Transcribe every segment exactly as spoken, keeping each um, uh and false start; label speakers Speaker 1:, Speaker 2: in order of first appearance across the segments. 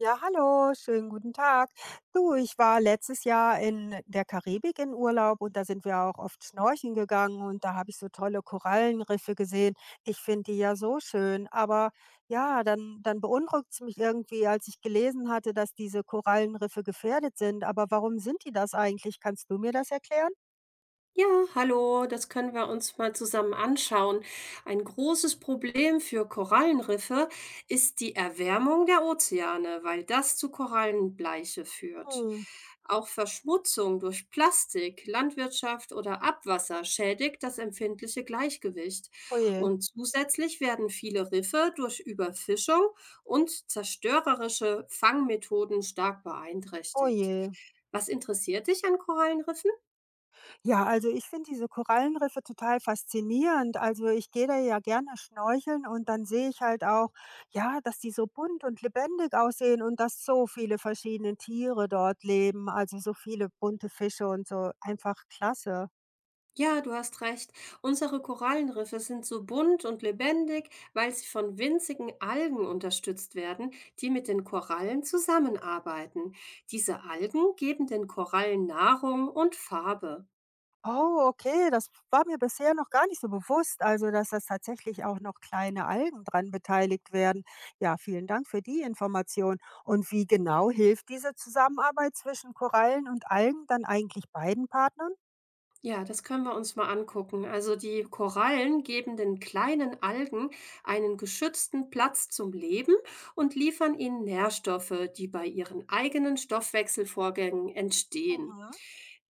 Speaker 1: Ja, hallo, schönen guten Tag. Du, ich war letztes Jahr in der Karibik in Urlaub und da sind wir auch oft schnorcheln gegangen und da habe ich so tolle Korallenriffe gesehen. Ich finde die ja so schön, aber ja, dann, dann beunruhigt es mich irgendwie, als ich gelesen hatte, dass diese Korallenriffe gefährdet sind. Aber warum sind die das eigentlich? Kannst du mir das erklären?
Speaker 2: Ja, hallo, das können wir uns mal zusammen anschauen. Ein großes Problem für Korallenriffe ist die Erwärmung der Ozeane, weil das zu Korallenbleiche führt.
Speaker 1: Hm.
Speaker 2: Auch Verschmutzung durch Plastik, Landwirtschaft oder Abwasser schädigt das empfindliche Gleichgewicht.
Speaker 1: Oje,
Speaker 2: Und zusätzlich werden viele Riffe durch Überfischung und zerstörerische Fangmethoden stark beeinträchtigt.
Speaker 1: oje.
Speaker 2: Was interessiert dich an Korallenriffen?
Speaker 1: Ja, also ich finde diese Korallenriffe total faszinierend. Also ich gehe da ja gerne schnorcheln und dann sehe ich halt auch, ja, dass die so bunt und lebendig aussehen und dass so viele verschiedene Tiere dort leben. Also so viele bunte Fische und so. Einfach klasse.
Speaker 2: Ja, du hast recht. Unsere Korallenriffe sind so bunt und lebendig, weil sie von winzigen Algen unterstützt werden, die mit den Korallen zusammenarbeiten. Diese Algen geben den Korallen Nahrung und Farbe.
Speaker 1: Oh, okay, das war mir bisher noch gar nicht so bewusst. Also, dass das tatsächlich auch noch kleine Algen dran beteiligt werden. Ja, vielen Dank für die Information. Und wie genau hilft diese Zusammenarbeit zwischen Korallen und Algen dann eigentlich beiden Partnern?
Speaker 2: Ja, das können wir uns mal angucken. Also die Korallen geben den kleinen Algen einen geschützten Platz zum Leben und liefern ihnen Nährstoffe, die bei ihren eigenen Stoffwechselvorgängen entstehen.
Speaker 1: Mhm.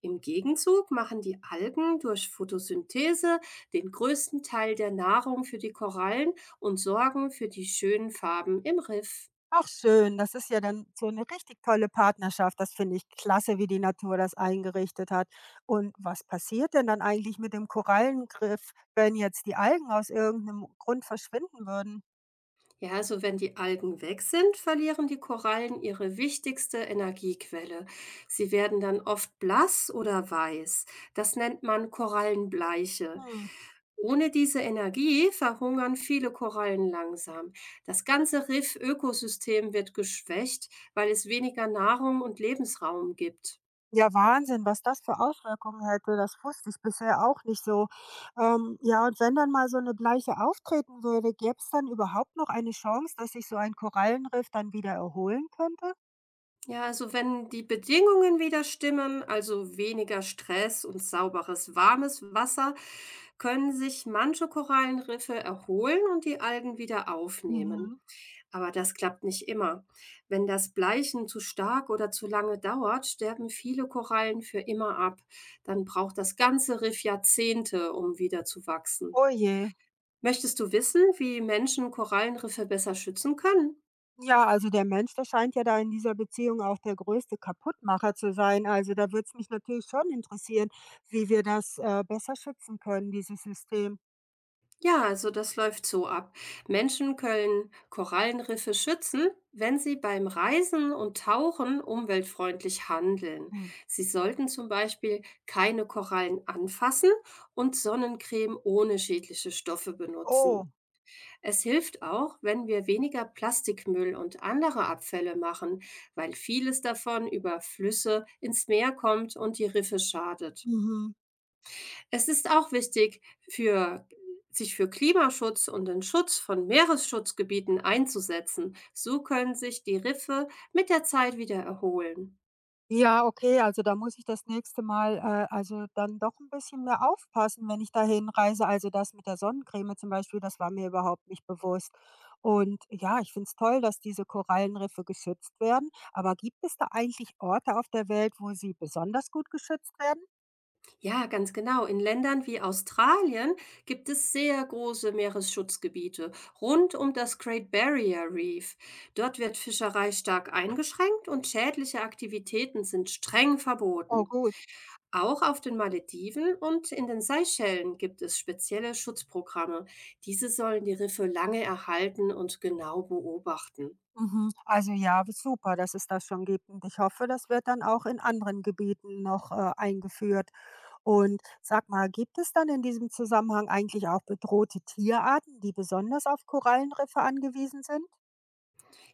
Speaker 2: Im Gegenzug machen die Algen durch Photosynthese den größten Teil der Nahrung für die Korallen und sorgen für die schönen Farben im Riff.
Speaker 1: Ach schön, das ist ja dann so eine richtig tolle Partnerschaft. Das finde ich klasse, wie die Natur das eingerichtet hat. Und was passiert denn dann eigentlich mit dem Korallenriff, wenn jetzt die Algen aus irgendeinem Grund verschwinden würden?
Speaker 2: Ja, also wenn die Algen weg sind, verlieren die Korallen ihre wichtigste Energiequelle. Sie werden dann oft blass oder weiß. Das nennt man Korallenbleiche.
Speaker 1: Hm.
Speaker 2: Ohne diese Energie verhungern viele Korallen langsam. Das ganze Riff-Ökosystem wird geschwächt, weil es weniger Nahrung und Lebensraum gibt.
Speaker 1: Ja, Wahnsinn, was das für Auswirkungen hätte, das wusste ich bisher auch nicht so. Ähm, ja, und wenn dann mal so eine Bleiche auftreten würde, gäbe es dann überhaupt noch eine Chance, dass sich so ein Korallenriff dann wieder erholen könnte?
Speaker 2: Ja, also wenn die Bedingungen wieder stimmen, also weniger Stress und sauberes, warmes Wasser, können sich manche Korallenriffe erholen und die Algen wieder aufnehmen.
Speaker 1: Mhm.
Speaker 2: Aber das klappt nicht immer. Wenn das Bleichen zu stark oder zu lange dauert, sterben viele Korallen für immer ab. Dann braucht das ganze Riff Jahrzehnte, um wieder zu wachsen.
Speaker 1: Oh je.
Speaker 2: Möchtest du wissen, wie Menschen Korallenriffe besser schützen können?
Speaker 1: Ja, also der Mensch, der scheint ja da in dieser Beziehung auch der größte Kaputtmacher zu sein. Also da würde es mich natürlich schon interessieren, wie wir das äh, besser schützen können, dieses System.
Speaker 2: Ja, also das läuft so ab. Menschen können Korallenriffe schützen, wenn sie beim Reisen und Tauchen umweltfreundlich handeln.
Speaker 1: Hm.
Speaker 2: Sie sollten zum Beispiel keine Korallen anfassen und Sonnencreme ohne schädliche Stoffe
Speaker 1: Oh,
Speaker 2: benutzen. Es hilft auch, wenn wir weniger Plastikmüll und andere Abfälle machen, weil vieles davon über Flüsse ins Meer kommt und die Riffe schadet.
Speaker 1: mhm.
Speaker 2: Es ist auch wichtig, für sich für Klimaschutz und den Schutz von Meeresschutzgebieten einzusetzen. So können sich die Riffe mit der Zeit wieder erholen.
Speaker 1: Ja, okay, also da muss ich das nächste Mal, äh, also dann doch ein bisschen mehr aufpassen, wenn ich da hinreise. Also das mit der Sonnencreme zum Beispiel, das war mir überhaupt nicht bewusst. Und ja, ich finde es toll, dass diese Korallenriffe geschützt werden. Aber gibt es da eigentlich Orte auf der Welt, wo sie besonders gut geschützt werden?
Speaker 2: Ja, ganz genau. In Ländern wie Australien gibt es sehr große Meeresschutzgebiete rund um das Great Barrier Reef. Dort wird Fischerei stark eingeschränkt und schädliche Aktivitäten sind streng
Speaker 1: Oh
Speaker 2: verboten.
Speaker 1: gut.
Speaker 2: Auch auf den Malediven und in den Seychellen gibt es spezielle Schutzprogramme. Diese sollen die Riffe lange erhalten und genau beobachten.
Speaker 1: Mhm. Also ja, super, dass es das schon gibt. Und ich hoffe, das wird dann auch in anderen Gebieten noch äh, eingeführt. Und sag mal, gibt es dann in diesem Zusammenhang eigentlich auch bedrohte Tierarten, die besonders auf Korallenriffe angewiesen sind?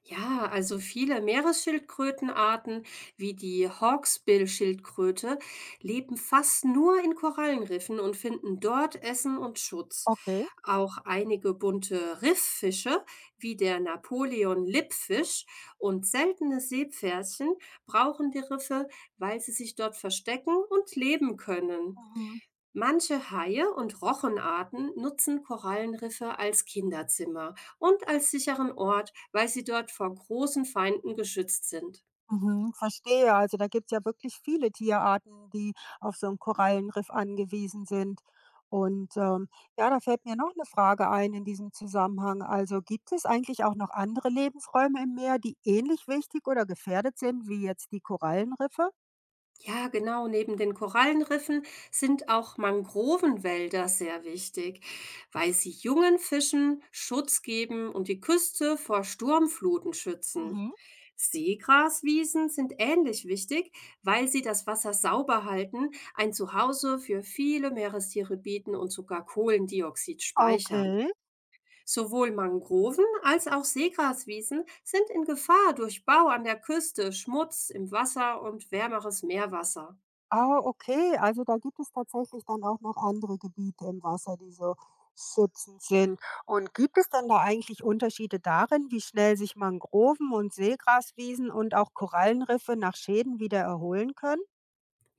Speaker 2: Ja, also viele Meeresschildkrötenarten wie die Hawksbill-Schildkröte leben fast nur in Korallenriffen und finden dort Essen und Schutz.
Speaker 1: Okay.
Speaker 2: Auch einige bunte Rifffische wie der Napoleon-Lippfisch und seltene Seepferdchen brauchen die Riffe, weil sie sich dort verstecken und leben können.
Speaker 1: Mhm.
Speaker 2: Manche Haie und Rochenarten nutzen Korallenriffe als Kinderzimmer und als sicheren Ort, weil sie dort vor großen Feinden geschützt sind.
Speaker 1: Mhm, verstehe. Also da gibt's ja wirklich viele Tierarten, die auf so 'n Korallenriff angewiesen sind. Und, ähm, ja, da fällt mir noch eine Frage ein in diesem Zusammenhang. Also gibt es eigentlich auch noch andere Lebensräume im Meer, die ähnlich wichtig oder gefährdet sind wie jetzt die Korallenriffe?
Speaker 2: Ja, genau. Neben den Korallenriffen sind auch Mangrovenwälder sehr wichtig, weil sie jungen Fischen Schutz geben und die Küste vor Sturmfluten schützen.
Speaker 1: Mhm.
Speaker 2: Seegraswiesen sind ähnlich wichtig, weil sie das Wasser sauber halten, ein Zuhause für viele Meerestiere bieten und sogar Kohlendioxid speichern.
Speaker 1: Okay.
Speaker 2: Sowohl Mangroven als auch Seegraswiesen sind in Gefahr durch Bau an der Küste, Schmutz im Wasser und wärmeres Meerwasser.
Speaker 1: Ah, okay. Also, da gibt es tatsächlich dann auch noch andere Gebiete im Wasser, die so schützend sind. Und gibt es dann da eigentlich Unterschiede darin, wie schnell sich Mangroven und Seegraswiesen und auch Korallenriffe nach Schäden wieder erholen können?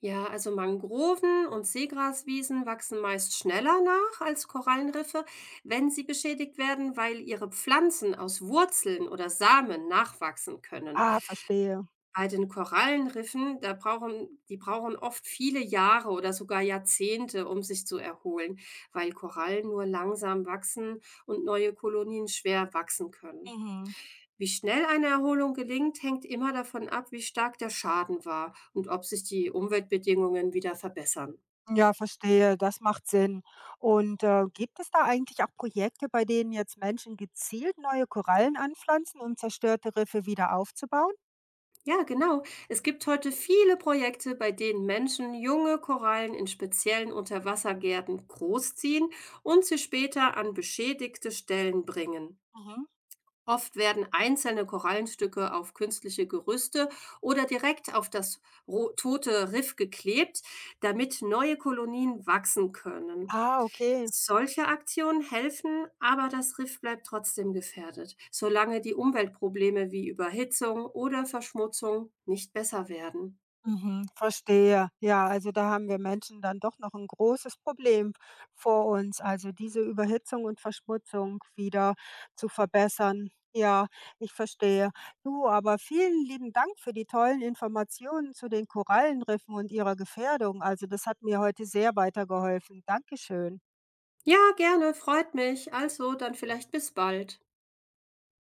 Speaker 2: Ja, also Mangroven und Seegraswiesen wachsen meist schneller nach als Korallenriffe, wenn sie beschädigt werden, weil ihre Pflanzen aus Wurzeln oder Samen nachwachsen können.
Speaker 1: Ah, verstehe.
Speaker 2: Bei den Korallenriffen, da brauchen, die brauchen oft viele Jahre oder sogar Jahrzehnte, um sich zu erholen, weil Korallen nur langsam wachsen und neue Kolonien schwer wachsen können.
Speaker 1: Mhm.
Speaker 2: Wie schnell eine Erholung gelingt, hängt immer davon ab, wie stark der Schaden war und ob sich die Umweltbedingungen wieder verbessern.
Speaker 1: Ja, verstehe. Das macht Sinn. Und äh, gibt es da eigentlich auch Projekte, bei denen jetzt Menschen gezielt neue Korallen anpflanzen, um zerstörte Riffe wieder aufzubauen?
Speaker 2: Ja, genau. Es gibt heute viele Projekte, bei denen Menschen junge Korallen in speziellen Unterwassergärten großziehen und sie später an beschädigte Stellen bringen.
Speaker 1: Mhm.
Speaker 2: Oft werden einzelne Korallenstücke auf künstliche Gerüste oder direkt auf das ro- tote Riff geklebt, damit neue Kolonien wachsen können.
Speaker 1: Ah, okay.
Speaker 2: Solche Aktionen helfen, aber das Riff bleibt trotzdem gefährdet, solange die Umweltprobleme wie Überhitzung oder Verschmutzung nicht besser werden.
Speaker 1: Mhm, verstehe. Ja, also da haben wir Menschen dann doch noch ein großes Problem vor uns, also diese Überhitzung und Verschmutzung wieder zu verbessern. Ja, ich verstehe. Du, aber vielen lieben Dank für die tollen Informationen zu den Korallenriffen und ihrer Gefährdung. Also, das hat mir heute sehr weitergeholfen. Dankeschön.
Speaker 2: Ja, gerne, freut mich. Also, dann vielleicht bis bald.